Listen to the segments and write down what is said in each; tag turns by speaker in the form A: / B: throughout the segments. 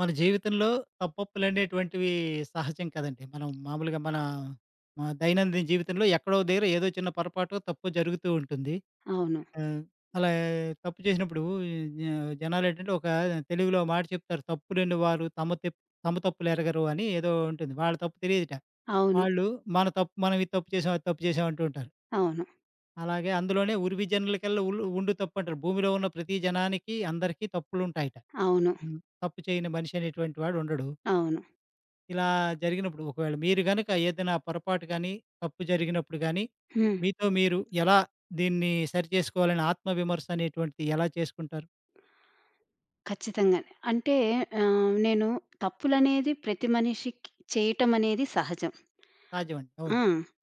A: మన జీవితంలో తప్పప్పులనేటువంటివి సహజం కదండీ. మనం మామూలుగా మన మన దైనందిన జీవితంలో ఎక్కడో దగ్గర ఏదో చిన్న పొరపాటు, తప్పో జరుగుతూ ఉంటుంది.
B: అవును.
A: ఆహ్, అలా తప్పు చేసినప్పుడు జ జనాలేంటంటే ఒక తెలుగులో మాట చెప్తారు. "తప్పులేని వారు తమ తమ తప్పులెరగరు" అని ఏదో ఉంటుంది. వాళ్ళ తప్పు తెలియదుట.
B: అవును.
A: వాళ్ళు మన తప్పు మనం ఇది తప్పు చేశాం, అది తప్పు చేశాం అంటూ ఉంటారు.
B: అవును.
A: అలాగే అందులోనే "ఉరివి జనులకల్లా ఉల్లు ఉండు తప్పు" అంటారు. భూమిలో ఉన్న ప్రతి జనానికి అందరికీ తప్పులుంటాయట.
B: అవును.
A: హ్మ్. తప్పు చేయని మనిషి అనేటువంటి వాడు ఉండడు.
B: అవును.
A: ఇలా జరిగినప్పుడు ఒకవేళ మీరు గనుక ఏదైనా పొరపాటు గానీ, తప్పు జరిగినప్పుడు గానీ,
B: హ్మ్.
A: మీతో మీరు ఎలా దీన్ని సరిచేసుకోవాలని ఆత్మవిమర్శ అనేటువంటిది ఎలా చేసుకుంటారు?
B: ఖచ్చితంగానే. అంటే నేను తప్పులనేది ప్రతి మనిషికి చేయటం అనేది సహజం.
A: సహజమండి.
B: ఆ!
A: అవును.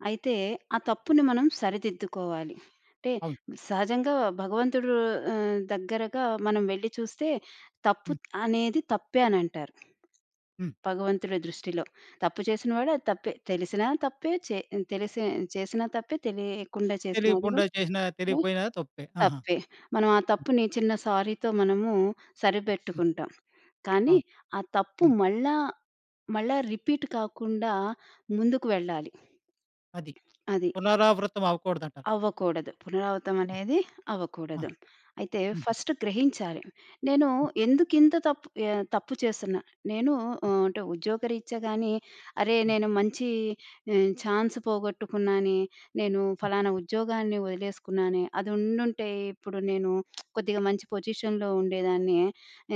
B: అయితే ఆ తప్పుని మనం సరిదిద్దుకోవాలి. అంటే
A: అవును.
B: సహజంగా భగవంతుడు దగ్గరగా మనం వెళ్లి చూస్తే తప్పు
A: హ్మ్.
B: అనేది తప్పే అనంటారు.
A: హ్మ్.
B: భగవంతుడి దృష్టిలో. తప్పు చేసిన వాడు అది తప్పే. తెలిసినా తప్పే, తెలిసి చేసినా తప్పే, తెలియకుండా చేసినా అది
A: తెలియకుండా
B: కూడా
A: చేసినా, తెలియకపోయినా తప్పే. ఆహా!
B: తప్పే. మనం ఆ
A: హ్మ్.
B: తప్పుని చిన్న సారీతో మనము
A: హ్మ్.
B: సరిపెట్టుకుంటాం. కానీ
A: అవును.
B: ఆ తప్పు
A: హ్మ్.
B: మళ్ళా, మళ్ళా రిపీట్ కాకుండా ముందుకు వెళ్ళాలి.
A: అది.
B: అది.
A: పునరావృతం అవ్వకూడదంటారు.
B: అవ్వకూడదు. పునరావృతం
A: ఆ!
B: అనేది
A: ఆ!
B: అవ్వకూడదు. అయితే
A: హుహు.
B: ఫస్ట్ గ్రహించాలి. నేను
A: హ్మ్.
B: ఎందుకింత తప్పు చేస్తున్నా? నేను అంటే ఉద్యోగరీత్యా గాని, అరే!
A: హ్మ్.
B: నేను మంచి ఛాన్స్ పోగొట్టుకున్నానే, నేను
A: హ్మ్.
B: ఫలానా ఉద్యోగాన్ని వదిలేసుకున్నానే, అది ఉండుంటే ఇప్పుడు నేను కొద్దిగా మంచి పొజిషన్‌లో ఉండేదాన్ని.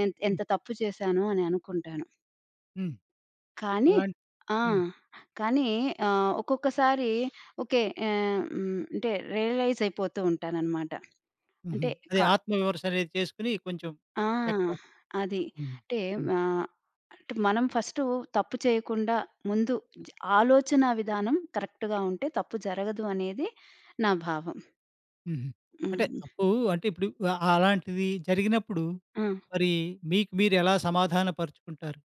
A: హ్మ్.
B: ఎంత తప్పు చేశాను అని అనుకుంటాను.
A: హ్మ్.
B: కానీ
A: అలాంటి
B: ఆ!
A: హ్మ్.
B: కానీ ఒక్కొక్కసారి ఓకే. ఆహ్, హ్మ్. అంటే రియలైజ్ అయిపోతూ ఉంటాననమాట.
A: హుహు.
B: అంటే క
A: అదే ఆత్మవిమర్శ అనేది చేసుకొని కొంచెం
B: ఆ!
A: ఎక్కడ
B: అది.
A: హ్మ్.
B: అంటే
A: హ్మ్.
B: ఆహ్, అంటే మనం ఫస్టు తప్పు చేయకుండా ముందు జ ఆలోచనా విధానం కరెక్ట్‌గా ఉంటే తప్పు జరగదు అనేది నా భావం.
A: హుహు. అంటే
B: హ్మ్.
A: తప్పు అంటే ఇప్పుడు అలాంటిది జరిగినప్పుడు
B: ఆ!
A: మరి మీకు మీరు ఎలా సమాధాన పరుచుకుంటారు?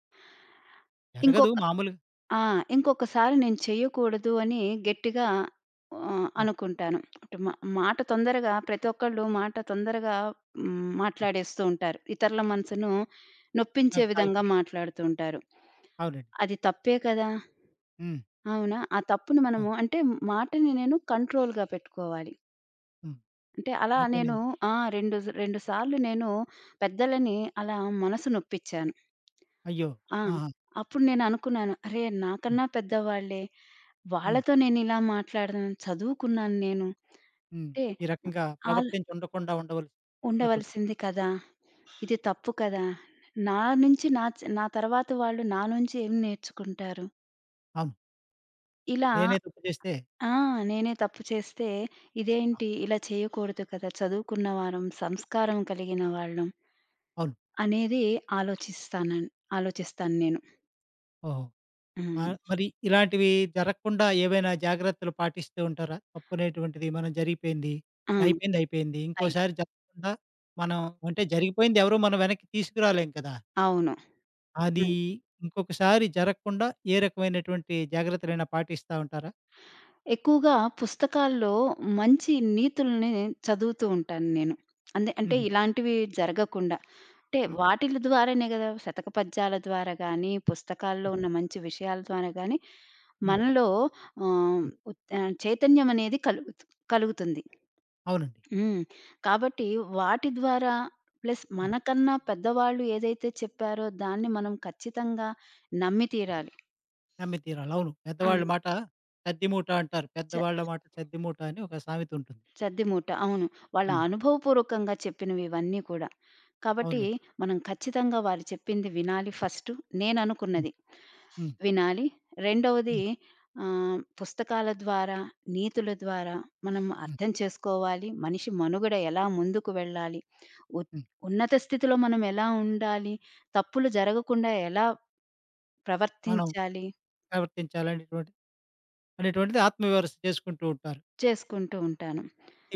A: జరగదు
B: ఇంకొక
A: మామూలుగా
B: ఆ! ఇంకొకసారి నేను చెయ్యకూడదు అని గట్టిగా
A: ఆ!
B: అనుకుంటాను. అంటే మాట తొందరగా ప్రతి ఒక్కళ్ళు మాట తొందరగా మాట్లాడేస్తూ ఉంటారు. ఇతరుల మనసును
A: ఆ!
B: నొప్పించే విధంగా
A: గాయపడి
B: మాట్లాడుతూ ఉంటారు.
A: అవునండి.
B: అది తప్పే కదా!
A: హ్మ్.
B: అవునా? ఆ తప్పును
A: ఆ!
B: మనము అంటే మాటని నేను కంట్రోల్‌గా పెట్టుకోవాలి.
A: హ్మ్.
B: అంటే అలా నేను
A: మాటలనేవి
B: ఆ! 2, 2 సార్లు నేను పెద్దలని అలా మనసు నొప్పించాను.
A: అయ్యో!
B: ఆ!
A: ఆహా!
B: అప్పుడు నేననుకున్నాను, అరే!
A: హ్మ్.
B: నాకన్నా పెద్దవాళ్ళే.
A: హ్మ్.
B: వాళ్ళతో నేనిలా మాట్లాడను. చదువుకున్నాను నేను.
A: హ్మ్.
B: అంటే
A: ఈ రకంగా
B: ఆళ్ళు
A: ప్రవర్తించి ఉండకుండా ఉండవలసి అనుకున్నా.
B: ఉండవలసింది కదా! ఇది తప్పు కదా! నా నుంచి నా తర్వాత వాళ్ళు నా నుంచి ఏం నేర్చుకుంటారు?
A: అవును.
B: ఇలా
A: నేనే తప్పు చేస్తే
B: ఆ! నేనే తప్పు చేస్తే
A: ఆ!
B: ఇదేంటి ఇలా చేయకూడదు కదా! చదువుకున్న వారం, సంస్కారం కలిగిన వాళ్ళం
A: అవును.
B: అనేది ఆలోచిస్తానన్ ఆలోచిస్తాను నేను.
A: ఓహో! ఆ!
B: హ్మ్.
A: మరి ఇలాంటివి జరగకుండా ఏవైనా జాగ్రత్తలు పాటిస్తూ ఉంటారా? తప్పనేటువంటిది మనం జరిగిపోయింది.
B: ఆ!
A: అయిపోయింది, అయిపోయింది.
B: అయి
A: ఇంకోసారి జరగకుండా మనం అంటే జరిగిపోయింది ఎవరు మనం వెనక్కి తీసుకురాలేం కదా!
B: అవును.
A: అది ఇంకొకసారి జరగకుండా ఏ రకమైనటువంటి జాగ్రత్తలైనా పాటిస్తా ఉంటారా?
B: ఎక్కువగా పుస్తకాల్లో మంచి నీతుల్ని చదువుతూ ఉంటాను నేను. అంటే
A: హుహు.
B: ఇలాంటివి జరగకుండా. అంటే
A: హ్మ్.
B: వాటిలి ద్వారానే గదా! శతక పద్యాల ద్వారా గానీ, పుస్తకాల్లో
A: హ్మ్.
B: ఉన్న మంచి విషయాల ద్వారా గానీ,
A: హ్మ్.
B: మనలో ఆహ్,
A: హ్మ్.
B: చైతన్యం అనేది కలుగుతుంది.
A: అవునండి.
B: హ్మ్. కాబట్టి వాటి ద్వారా ప్లస్
A: హ్మ్.
B: మనకన్నా పెద్దవాళ్ళు ఏదైతే చెప్పారో దాన్ని మనం ఖచ్చితంగా నమ్మి తీరాలి.
A: నమ్మి తీరాలి. అవును.
B: ఆ!
A: పెద్దవాళ్ళ మాట సద్దిమూట అంటారు.
B: చ
A: పెద్దవాళ్ళ మాట సద్దిమూట అని ఒక సామెత ఉంటుంది.
B: సద్ది మూట. అవును. వాళ్ళ
A: ఆ!
B: అనుభవపూర్వకంగా చెప్పినవి ఇవన్నీ కూడా. కాబట్టి
A: అవునండి.
B: మనం ఖచ్చితంగా వాళ్ళు చెప్పింది వినాలి ఫస్టు.
A: హ్మ్.
B: నేననుకున్నది
A: హ్మ్.
B: వినాలి. రెండవది
A: హ్మ్.
B: పుస్తకాల ద్వారా, నీతుల ద్వారా మనం
A: హ్మ్.
B: అర్థం చేసుకోవాలి. మనిషి మనుగడ ఎలా ముందుకు వెళ్ళాలి. ఉ
A: హ్మ్.
B: ఉన్నత స్థితిలో మనం ఎలా ఉండాలి. తప్పులు జరగకుండా ఎలా
A: మనం
B: ప్రవర్తించాలి.
A: ప్రవర్తించాలనేటువంటి అనేటువంటిది ఆత్మవిమర్శ చేసుకుంటూ ఉంటారు.
B: చేసుకుంటూ ఉంటాను.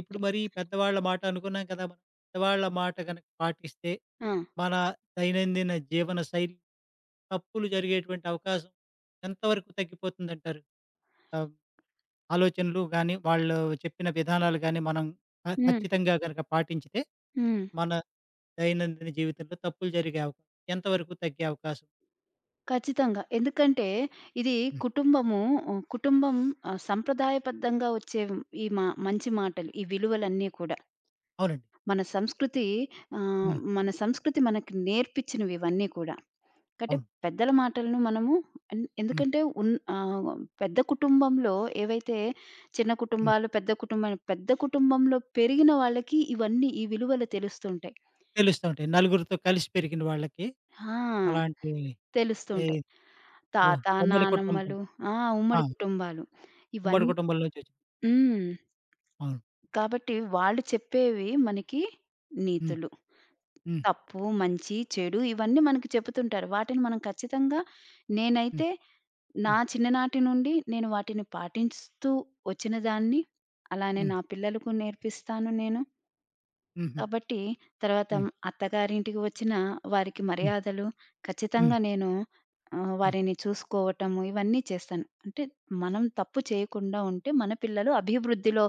A: ఇప్పుడు మరి పెద్దవాళ్ళ మాట అనుకున్నాం కదా! మనం పెద్దవాళ్ళ మాట గనక పాటిస్తే,
B: ఆ!
A: మన దైనందిన జీవన శైలి తప్పులు జరిగేటువంటి అవకాశం ఎంతవరకు తగ్గిపోతుందంటారు? ఆహ్, ఆలోచనలు గాని, వాళ్ళు చెప్పిన విధానాలు గాని మనం
B: హ్మ్.
A: ఖచ్చితంగా గనక పాటించితే,
B: హ్మ్.
A: మన దైనందిన జీవితంలో తప్పులు జరిగే అవకాశం ఎంతవరకు తగ్గే అవకాశం
B: ఖచ్చితంగా. ఎందుకంటే ఇది
A: హ్మ్.
B: కుటుంబము కుటుంబం సంప్రదాయబద్ధంగా వచ్చే ఈ మా మంచి మాటలు, ఈ విలువలన్నీ కూడా.
A: అవునండి.
B: మన సంస్కృతి
A: హ్మ్.
B: మన సంస్కృతి మనకి నేర్పించినవి ఇవన్నీ కూడా. కాబట్టి
A: అవును.
B: పెద్దల మాటలను మనము
A: హ్మ్.
B: ఎందుకంటే ఆహ్, పెద్ద కుటుంబంలో ఏవైతే చిన్న
A: హ్మ్.
B: కుటుంబాలు, పెద్ద కుటుంబాలు పెద్ద కుటుంబంలో పెరిగిన వాళ్ళకి ఇవన్నీ ఈ విలువలు తెలుస్తుంటాయి.
A: తెలుస్తూ ఉంటాయి. నలుగురితో కలిసి పెరిగిన వాళ్ళకి
B: ఆ!
A: అలాంటి
B: తెలుస్తూ
A: ఈ
B: ఉంటాయి.
A: ఓహ్!
B: తాత,
A: ఉమ్మడి కుటుంబం.
B: నానమ్మలు ఆ!
A: ఆ!
B: ఉమ్మడి కుటుంబాలు. ఇవన్
A: ఉమ్మడి కుటుంబంలో చేసి
B: హ్మ్.
A: అవును.
B: కాబట్టి వాళ్ళు చెప్పేవి మనకి
A: హ్మ్.
B: నీతులు.
A: హ్మ్.
B: తప్పు, మంచి, చెడు ఇవన్నీ మనకి చెపుతుంటారు. వాటిని మనం ఖచ్చితంగా
A: హ్మ్.
B: నేనైతే నా
A: హ్మ్.
B: చిన్ననాటి నుండి నేను వాటిని పాటిస్తూ వచ్చినదాన్ని. అలానే
A: హ్మ్.
B: నా పిల్లలకు నేర్పిస్తాను నేను.
A: హుహు.
B: కాబట్టి తర్వాత
A: హ్మ్.
B: అత్తగారింటికి వచ్చిన వారికి
A: హ్మ్.
B: మర్యాదలు
A: హ్మ్.
B: ఖచ్చితంగా నేను
A: హ్మ్.
B: వారిని చూసుకోవటము ఇవన్నీ చేస్తాను. అంటే మనం తప్పు చేయకుండా ఉంటే మన పిల్లలు అభివృద్ధిలో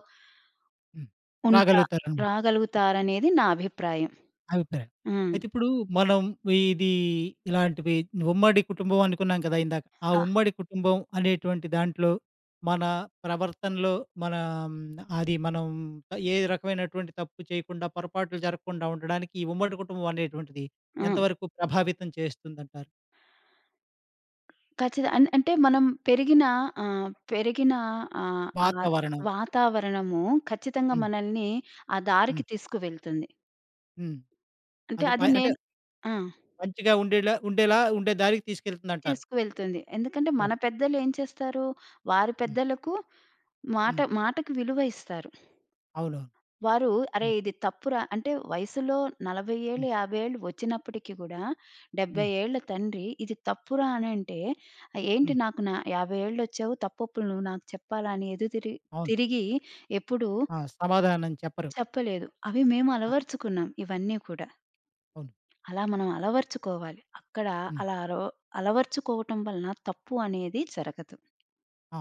A: హ్మ్.
B: ఉంటా
A: రాగలుగుతారనమాట.
B: రాగలుగుతారనేది నా అభిప్రాయం.
A: అభిప్రాయం.
B: హ్మ్.
A: అయితే ఇప్పుడు మనం ఇది ఇలాంటివి ఉమ్మడి కుటుంబం అనుకున్నాం కదా! ఇందాక. ఆ
B: ఆ!
A: ఉమ్మడి కుటుంబం అనేటువంటి దాంట్లో మన ప్రవర్తనలో మన అది మనం ఏ రకమైనటువంటి తప్పు చేయకుండా, పొరపాట్లు జరగకుండా ఉండడానికి ఈ ఉమ్మడి కుటుంబం అనేటువంటిది
B: హ్మ్.
A: ఎంతవరకు ప్రభావితం చేస్తుందంటారు?
B: ఖచ్చిత అన్ అంటే మనం పెరిగిన పెరిగిన ఆ
A: వాతావరణం.
B: వాతావరణము ఖచ్చితంగా
A: హ్మ్.
B: మనల్ని ఆ దారికి
A: హ్మ్.
B: తీసుకువెళ్తుంది.
A: హ్మ్.
B: అంటే
A: అది మ
B: అది
A: అంటే
B: నేను ఆ!
A: మంచిగా ఉండేలా ఉండేలా ఉండే దారికి తీసుకెళ్తుందంటారు.
B: తీసుకువెళ్తుంది. ఎందుకంటే
A: అవును.
B: మన పెద్దలు ఏం చేస్తారు? వారి
A: హ్మ్.
B: పెద్దలకు మాట
A: హ్మ్.
B: మాటకి విలువ ఇస్తారు.
A: అవునవును.
B: వారు అరే!
A: హ్మ్.
B: ఇది తప్పురా అంటే వయసులో 40 ఏళ్ళు,
A: హ్మ్.
B: 50 ఏళ్ళు వచ్చినప్పటికి గూడా 70
A: హ్మ్.
B: ఏళ్ల తండ్రి ఇది తప్పురా అనంటే, ఏంటి
A: హ్మ్.
B: నాకు నా 50 ఏళ్ళొచ్చావు తప్పొప్పులు నువ్వు నాకు చెప్పాలా? అని
A: అవును.
B: తిరిగి ఎప్పుడూ
A: ఆ! సమాధానం చెప్పరు.
B: చెప్పలేదు. అవి మేము
A: ఆ!
B: అలవరుచుకున్నాం ఇవన్నీ కూడా.
A: అవును.
B: అలా మనం అలవరుచుకోవాలి. అక్కడ
A: హ్మ్.
B: అలా అరవ అలవరుచుకోవటం వలన తప్పు అనేది జరగదు.
A: ఆ!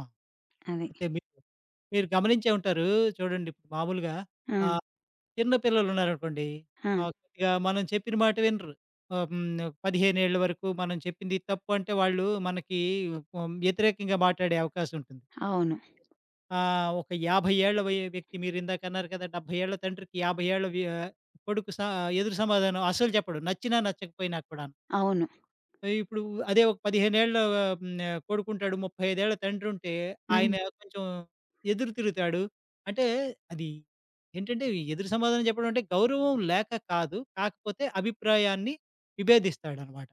B: అది.
A: అయితే మీరు, మీరు గమనించే ఉంటారు చూడండి ఇప్పుడు మామూలుగా
B: ఆ!
A: ఆహ్, చిన్న పిల్లలున్నారనుకోండి
B: ఆ!
A: కొద్దిగా మనం చెప్పిన మాట వినరు. ఆహ్, హ్మ్. 15 ఏళ్ల వరకు మనం చెప్పింది తప్పు అంటే వాళ్ళు మనకి వ్యతిరేకంగా మాట్లాడే అవకాశం ఉంటుంది.
B: అవును.
A: ఒక 50 ఏళ్ల వ్యక్తి మీరిందాక అన్నారు కదా! 70 ఏళ్ల తండ్రికి 50 ఏళ్ల కొడుకు ఎదురు సమాధానం అస్సలు చెప్పడు. నచ్చినా నచ్చకపోయినా కూడాను.
B: అవును.
A: ఇప్పుడు అదే ఒక 15 ఏళ్ల హ్మ్, కొడుకుంటాడు. 35 ఏళ్ల తండ్రి ఉంటే
B: హ్మ్.
A: ఆయన కొంచెం ఎదురు తిరుగుతాడు. అంటే అది ఏంటంటే ఈ ఎదురు సమాధానం చెప్పడం అంటే గౌరవం లేక కాదు. కాకపోతే అభిప్రాయాన్ని విభేదిస్తాడనమాట.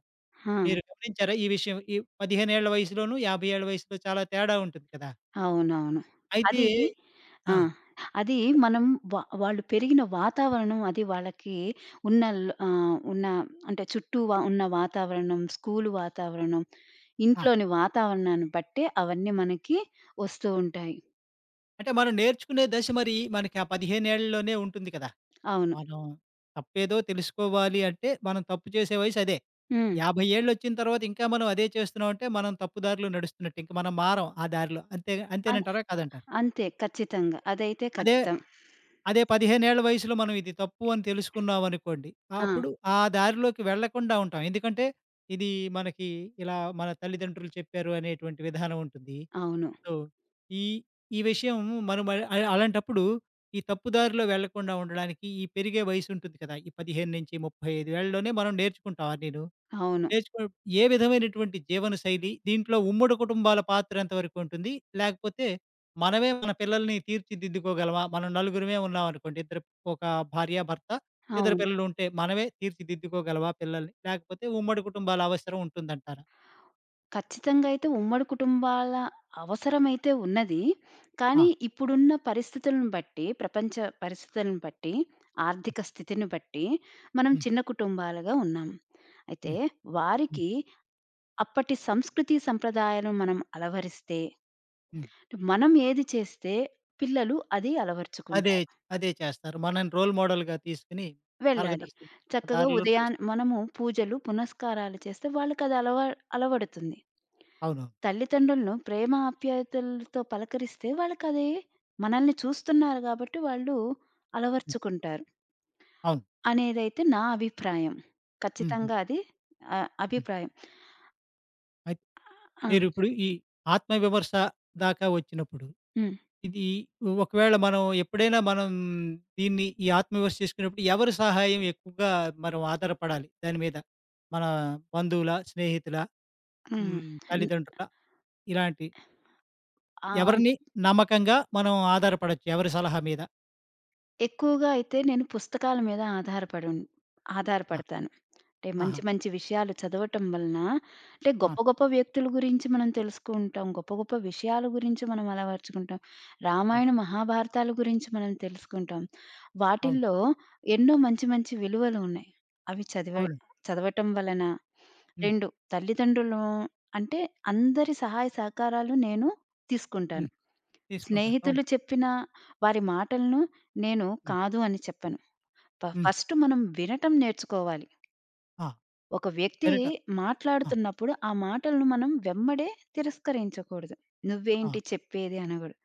B: ఆ!
A: మీరు గమనించారా ఈ విషయం? ఈ 15 ఏళ్ల వయసులోను, 50 ఏళ్ల వయసులో చాలా తేడా ఉంటుంది కదా!
B: అవునవును.
A: అయితే
B: అది ఆ!
A: ఆ!
B: అది
A: చెప్పండి.
B: మనం వాళ్ళు పెరిగిన వాతావరణం, అది వాళ్ళకి ఉన్న అంటే చుట్టూ ఉన్న వాతావరణం, స్కూలు వాతావరణం,
A: ఆ!
B: ఇంట్లోని వాతావరణాన్ని బట్టే అవన్నీ మనకి వస్తూ ఉంటాయి.
A: అంటే మనం నేర్చుకునే దశ మరి మనకి ఆ 15 ఏళ్లలోనే ఉంటుంది కదా!
B: అవును.
A: మనం తప్పేదో తెలుసుకోవాలి అంటే, మనం తప్పు చేసే వయసు అదే.
B: హ్మ్.
A: 50 ఏళ్లొచ్చిన తర్వాత ఇంకా మనం అదే చేస్తున్నామంటే, మనం తప్పు దారిలో నడుస్తున్నట్టు. ఇంక మనం మారం ఆ దారిలో. అంతే
B: అన్
A: అంతేనంటారా? కాదంటారా?
B: అంతే ఖచ్చితంగా. అదైతే
A: అదే,
B: ఖచ్చితం.
A: అదే 15 ఏళ్ల వయసులో మనం ఇది తప్పు అని తెలుసుకున్నామనుకోండి,
B: ఆ!
A: అప్పుడు ఆ దారిలోకి వెళ్ళకుండా ఉంటాం. ఎందుకంటే, ఇది మనకి ఇలా మన తల్లిదండ్రులు చెప్పారు అనేటువంటి విధానం ఉంటుంది.
B: అవును.
A: సో, ఈ ఈ విషయం మనం అ అ- అలాంటప్పుడు ఈ తప్పుదారిలో వెళ్ళకుండా ఉండడానికి ఈ పెరిగే వయసు ఉంటుంది కదా! ఈ 15-35 ఏళ్లలోనే మనం నేర్చుకుంటాం అన్నీను.
B: అవును.
A: నేర్చుకో ఏ విధమైనటువంటి జీవన శైలి, దీంట్లో ఉమ్మడి కుటుంబాల పాత్ర ఎంత వరకు ఉంటుంది? లేకపోతే మనమే మన పిల్లల్ని తీర్చిదిద్దుకోగలమా? మనం నలుగురమే ఉన్నామనుకోండి. ఇద్దరు ఒక భార్య, భర్త, ఇద్దరు
B: అవును.
A: పిల్లలు ఉంటే మనమే తీర్చిదిద్దుకోగలమా పిల్లల్ని? లేకపోతే ఉమ్మడి కుటుంబాల అవసరం ఉంటుందంటారా?
B: ఖచ్చితంగా అయితే ఉమ్మడి కుటుంబాల అవసరమైతే ఉన్నది.
A: ఆ!
B: కానీ ఇప్పుడున్న పరిస్థితులను బట్టి, ప్రపంచ పరిస్థితులను బట్టి, ఆర్థిక స్థితిని బట్టి మనం
A: హ్మ్.
B: చిన్న కుటుంబాలుగా ఉన్నాం. అయితే
A: హ్మ్. హ్మ్.
B: వారికి అప్పటి సంస్కృతి, సంప్రదాయాలను మనం అలవరిస్తే,
A: హ్మ్.
B: మనం ఏది చేస్తే పిల్లలు అది
A: అదే,
B: అలవరుచుకుంటారు.
A: అదే చేస్తారు. మనని రోల్ మోడల్‌గా తీసుకొని
B: వెళ్ళాలి.
A: మార్గదర్శి
B: చక్కగా
A: దారిలో
B: ఉదయాన
A: నడుస్
B: మనము పూజలు, పునస్కారాలు చేస్తే వాళ్ళకది అలవడుతుంది.
A: అవునవును.
B: తల్లిదండ్రులను ప్రేమ ఆప్యాయతలతో పలకరిస్తే వాళ్ళకది మనల్ని చూస్తున్నారు కాబట్టి వాళ్ళు
A: హ్మ్.
B: అలవర్చుకుంటారు
A: అవును.
B: అనేదైతే నా అభిప్రాయం.
A: హ్మ్. హ్మ్.
B: ఖచ్చితంగా అది
A: హ్మ్.
B: అభిప్రాయం.
A: అయితే
B: ఆ!
A: మీరిప్పుడు ఈ ఆత్మవిమర్శ దాకా వచ్చినప్పుడు,
B: హ్మ్.
A: ఇది ఒకవేళ మనం ఎప్పుడైనా మనం దీన్ని ఈ ఆత్మవిమర్శ చేసుకునేప్పుడు ఎవరి సహాయం ఎక్కువగా మనం ఆధారపడాలి దాని మీద? మన బంధువులా? స్నేహితులా?
B: హ్మ్.
A: హ్మ్.
B: హ్మ్.
A: తల్లిదండ్రులా? ఇలాంటి
B: ఆ!
A: ఎవరిని నమ్మకంగా మనం ఆధారపడొచ్చు ఎవరి సలహా మీద?
B: ఎక్కువగా అయితే నేను పుస్తకాల మీద ఆధారపడి
A: ఆ!
B: ఆధారపడతాను. అంటే
A: ఆహా!
B: మంచి మంచి విషయాలు చదవటం వలన అంటే
A: ఆ!
B: గొప్ప గొప్ప వ్యక్తుల గురించి మనం తెలుసుకుంటాం. గొప్ప గొప్ప విషయాల గురించి మనం అలవరుచుకుంటాం. రామాయణ,
A: అవును.
B: మహాభారతాల గురించి మనం తెలుసుకుంటాం.
A: అవును.
B: వాటిల్లో ఎన్నో మంచి మంచి విలువలు ఉన్నాయి. అవి చదివ
A: అవును.
B: చదవటం వలన
A: హ్మ్.
B: 2 తల్లిదండ్రులు అంటే అందరి సహాయ సహకారాలు నేను తీసుకుంటాను.
A: హ్మ్. తీసుకుంటారు. అవును.
B: స్నేహితులు చెప్పిన వారి మాటలను నేను
A: హ్మ్.
B: కాదు అని చెప్పను.
A: హ్మ్.
B: ఫస్ట్ మనం వినటం నేర్చుకోవాలి.
A: ఆ!
B: ఒక వ్యక్తి
A: పెరట ఆ!
B: మాట్లాడుతున్నప్పుడు ఆ మాటలను మనం వెంబడే తిరస్కరించకూడదు.
A: ఆ!
B: "నువ్వేంటి చెప్పేది" అనగూడదు.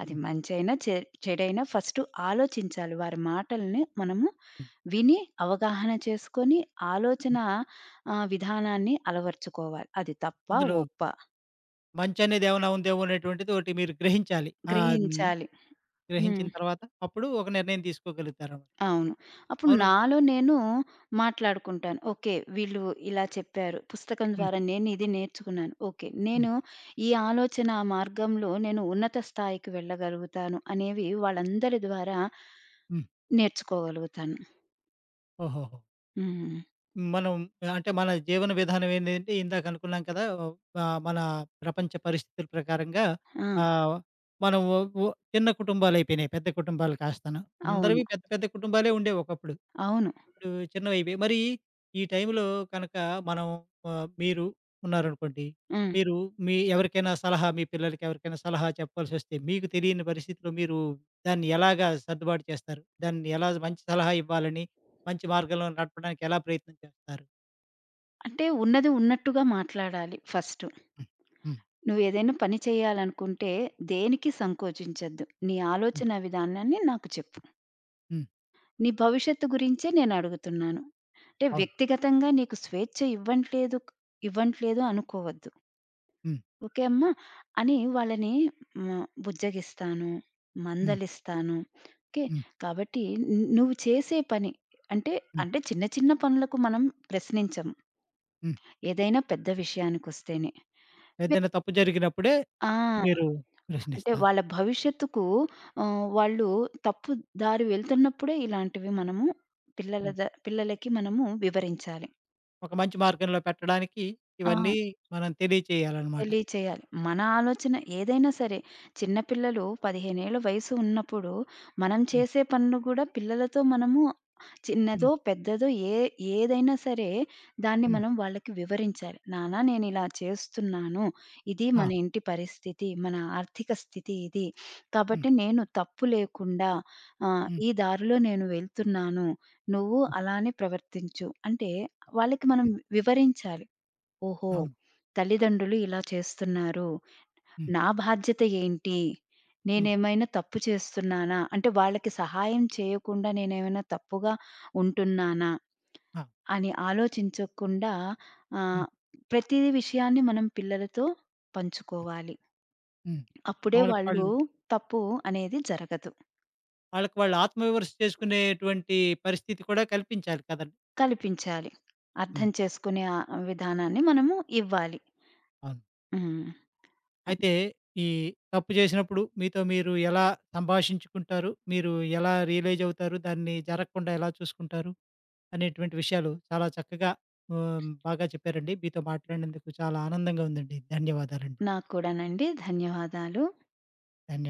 B: అది
A: హ్మ్.
B: మంచైనా, చెడైనా ఫస్ట్ ఆలోచించాలి. వారి మాటల్ని మనము
A: హ్మ్.
B: విని, అవగాహన చేసుకొని, ఆలోచన
A: హ్మ్.
B: విధానాన్ని అలవర్చుకోవాలి. అది తప్పా,
A: అందులో
B: ఒప్పా
A: మంచనేదేమైనా ఉందేమో అనేటువంటిది ఒకటి మీరు గ్రహించాలి. హ్మ్.
B: గ్రహించాలి. హ్మ్.
A: గ్రహించిన తర్వాత అప్పుడు ఒక నిర్ణయం తీసుకోగలుగుతారనమాట.
B: అవును. అప్పుడు
A: అవును.
B: నాలో నేను మాట్లాడుకుంటాను. ఓకే. వీళ్ళు ఇలా చెప్పారు. పుస్తకం
A: హ్మ్.
B: ద్వారా నేను ఇది నేర్చుకున్నాను. ఓకే.
A: హ్మ్.
B: నేను ఈ ఆలోచన ఆ మార్గంలో నేను ఉన్నత స్థాయికి వెళ్ళగలుగుతాను అనేవి వాళ్ళందరి ద్వారా
A: హ్మ్.
B: నేర్చుకోగలుగుతాను.
A: ఓహోహో!
B: హ్మ్.
A: మనం అంటే మన జీవన విధానం ఏంటంటే ఇందాక అనుకున్నాం కదా! మన ప్రపంచ పరిస్థితుల ప్రకారంగా
B: ఆ!
A: ఆహ్, మనం ఓ ఓ చిన్న కుటుంబాలయిపోయినాయి. పెద్ద కుటుంబాలు కాస్తాను.
B: అవును.
A: అందరివి పెద్ద పెద్ద కుటుంబాలే ఉండేవి ఒకప్పుడు.
B: అవును.
A: ఇప్పుడు చిన్నవయిపోయాయి. మరి ఈ టైంలో కనుక మనం మీరు ఉన్నారనుకోండి.
B: హ్మ్.
A: మీరు మీ ఎవరికైనా సలహా మీ పిల్లలకి ఎవరికైనా సలహా చెప్పాల్సొస్తే మీకు తెలియని పరిస్థితిలో మీరు దాన్ని ఎలాగా సర్దుబాటు చేస్తారు? దాన్ని ఎలా మంచి సలహా ఇవ్వాలని, మంచి మార్గంలో నడపడానికి ఎలా ప్రయత్నం చేస్తారు?
B: అంటే ఉన్నది ఉన్నట్టుగా మాట్లాడాలి ఫస్ట్.
A: హ్మ్. హ్మ్.
B: నువ్వేదైనా పని చేయాలనుకుంటే దేనికి సంకోచించొద్దు. నీ
A: హ్మ్.
B: ఆలోచన విధానాన్ని నాకు చెప్పు.
A: హ్మ్.
B: నీ భవిష్యత్తు గురించే నేనడుగుతున్నాను. అంటే
A: అవును.
B: వ్యక్తిగతంగా నీకు స్వేచ్ఛ ఇవ్వట్లేదు ఇవ్వట్లేదు అనుకోవద్దు.
A: హ్మ్.
B: ఓకే అమ్మా! అని వాళ్ళని బుజ్జగిస్తాను,
A: హ్మ్.
B: మందలిస్తాను. ఓకే.
A: హ్మ్.
B: కాబట్టి నువ్వు చేసే పని అంటే,
A: హ్మ్.
B: చిన్న చిన్న పనులకు మనం ప్రశ్నించము.
A: హ్మ్.
B: ఏదైనా పెద్ద విషయానికొస్తేనే. వె
A: ఏదైనా తప్పు జరిగినప్పుడే
B: ఆ!
A: మీరు
B: అంటే
A: ప్రశ్నిస్తారు.
B: వాళ్ళ భవిష్యత్తుకు వాళ్ళు తప్పు దారి వెళ్తున్నప్పుడే ఇలాంటివి మనము
A: హ్మ్.
B: పిల్లలకి మనము వివరించాలి.
A: ఒక మంచి మార్గంలో పెట్టడానికి
B: ఆ! కదా!
A: ఇవన్నీ మనం తెలియచేయాలనమాట.
B: తెలియచేయాలి. మన ఆలోచన ఏదైనా సరే, చిన్న పిల్లలు 15 ఏళ్ల వయసు ఉన్నప్పుడు, మనం
A: హ్మ్.
B: చేసే పనులు గూడా పిల్లలతో మనము చిన్నదో,
A: హ్మ్.
B: పెద్దదో ఏదైనా సరే, దాన్ని
A: హ్మ్.
B: మనం వాళ్ళకి వివరించాలి. నాన్న నేనిలా చేస్తున్నాను. ఇది మన
A: ఆ!
B: ఇంటి పరిస్థితి, మన ఆర్థిక స్థితి ఇది.
A: హ్మ్.
B: కాబట్టి నేను తప్పు లేకుండా
A: హ్మ్.
B: ఈ దారిలో నేను వెళ్తున్నాను. నువ్వు
A: హ్మ్.
B: అలానే ప్రవర్తించు. అంటే వాళ్ళకి మనం
A: హ్మ్.
B: వివరించాలి. ఓహో!
A: అవును.
B: తల్లిదండ్రులు ఇలా చేస్తున్నారు.
A: హ్మ్.
B: నా బాధ్యత ఏంటి?
A: హ్మ్.
B: నేనేమైనా తప్పు చేస్తున్నానా? అంటే వాళ్ళకి సహాయం చేయకుండా నేనేమైనా తప్పుగా ఉంటున్నానా?
A: ఆ!
B: అని ఆలోచించకుండా ఆహ్,
A: హ్మ్.
B: ప్రతి విషయాన్ని మనం పిల్లలతో
A: హ్మ్.
B: పంచుకోవాలి.
A: హ్మ్.
B: అప్పుడే
A: వాళ్ళకి
B: వాళ్ళు
A: వాళ్ళు
B: తప్పు అనేది జరగదు.
A: వాళ్ళకి వాళ్ళు ఆత్మవిమర్శ చేసుకునేటువంటి పరిస్థితి కూడా కల్పించాలి కదండీ!
B: కల్పించాలి.
A: హ్మ్.
B: అర్థం చేసుకునే విధానాన్ని మనము ఇవ్వాలి.
A: అవును.
B: హ్మ్. అది.
A: అయితే ఈ తప్పు చేసినప్పుడు మీతో మీరు ఎలా సంభాషించుకుంటారు? మీరు ఎలా రియలైజ్ అవుతారు? దాన్ని జరగకుండా ఎలా చూసుకుంటారు? అనేటువంటి విషయాలు చాలా చక్కగా బాగా చెప్పారండి. మీతో మాట్లాడినందుకు చాలా ఆనందంగా ఉందండి. ధన్యవాదాలండి.
B: నాకు కూడానండి. ధన్యవాదాలు.
A: ధన్యవాదాలు.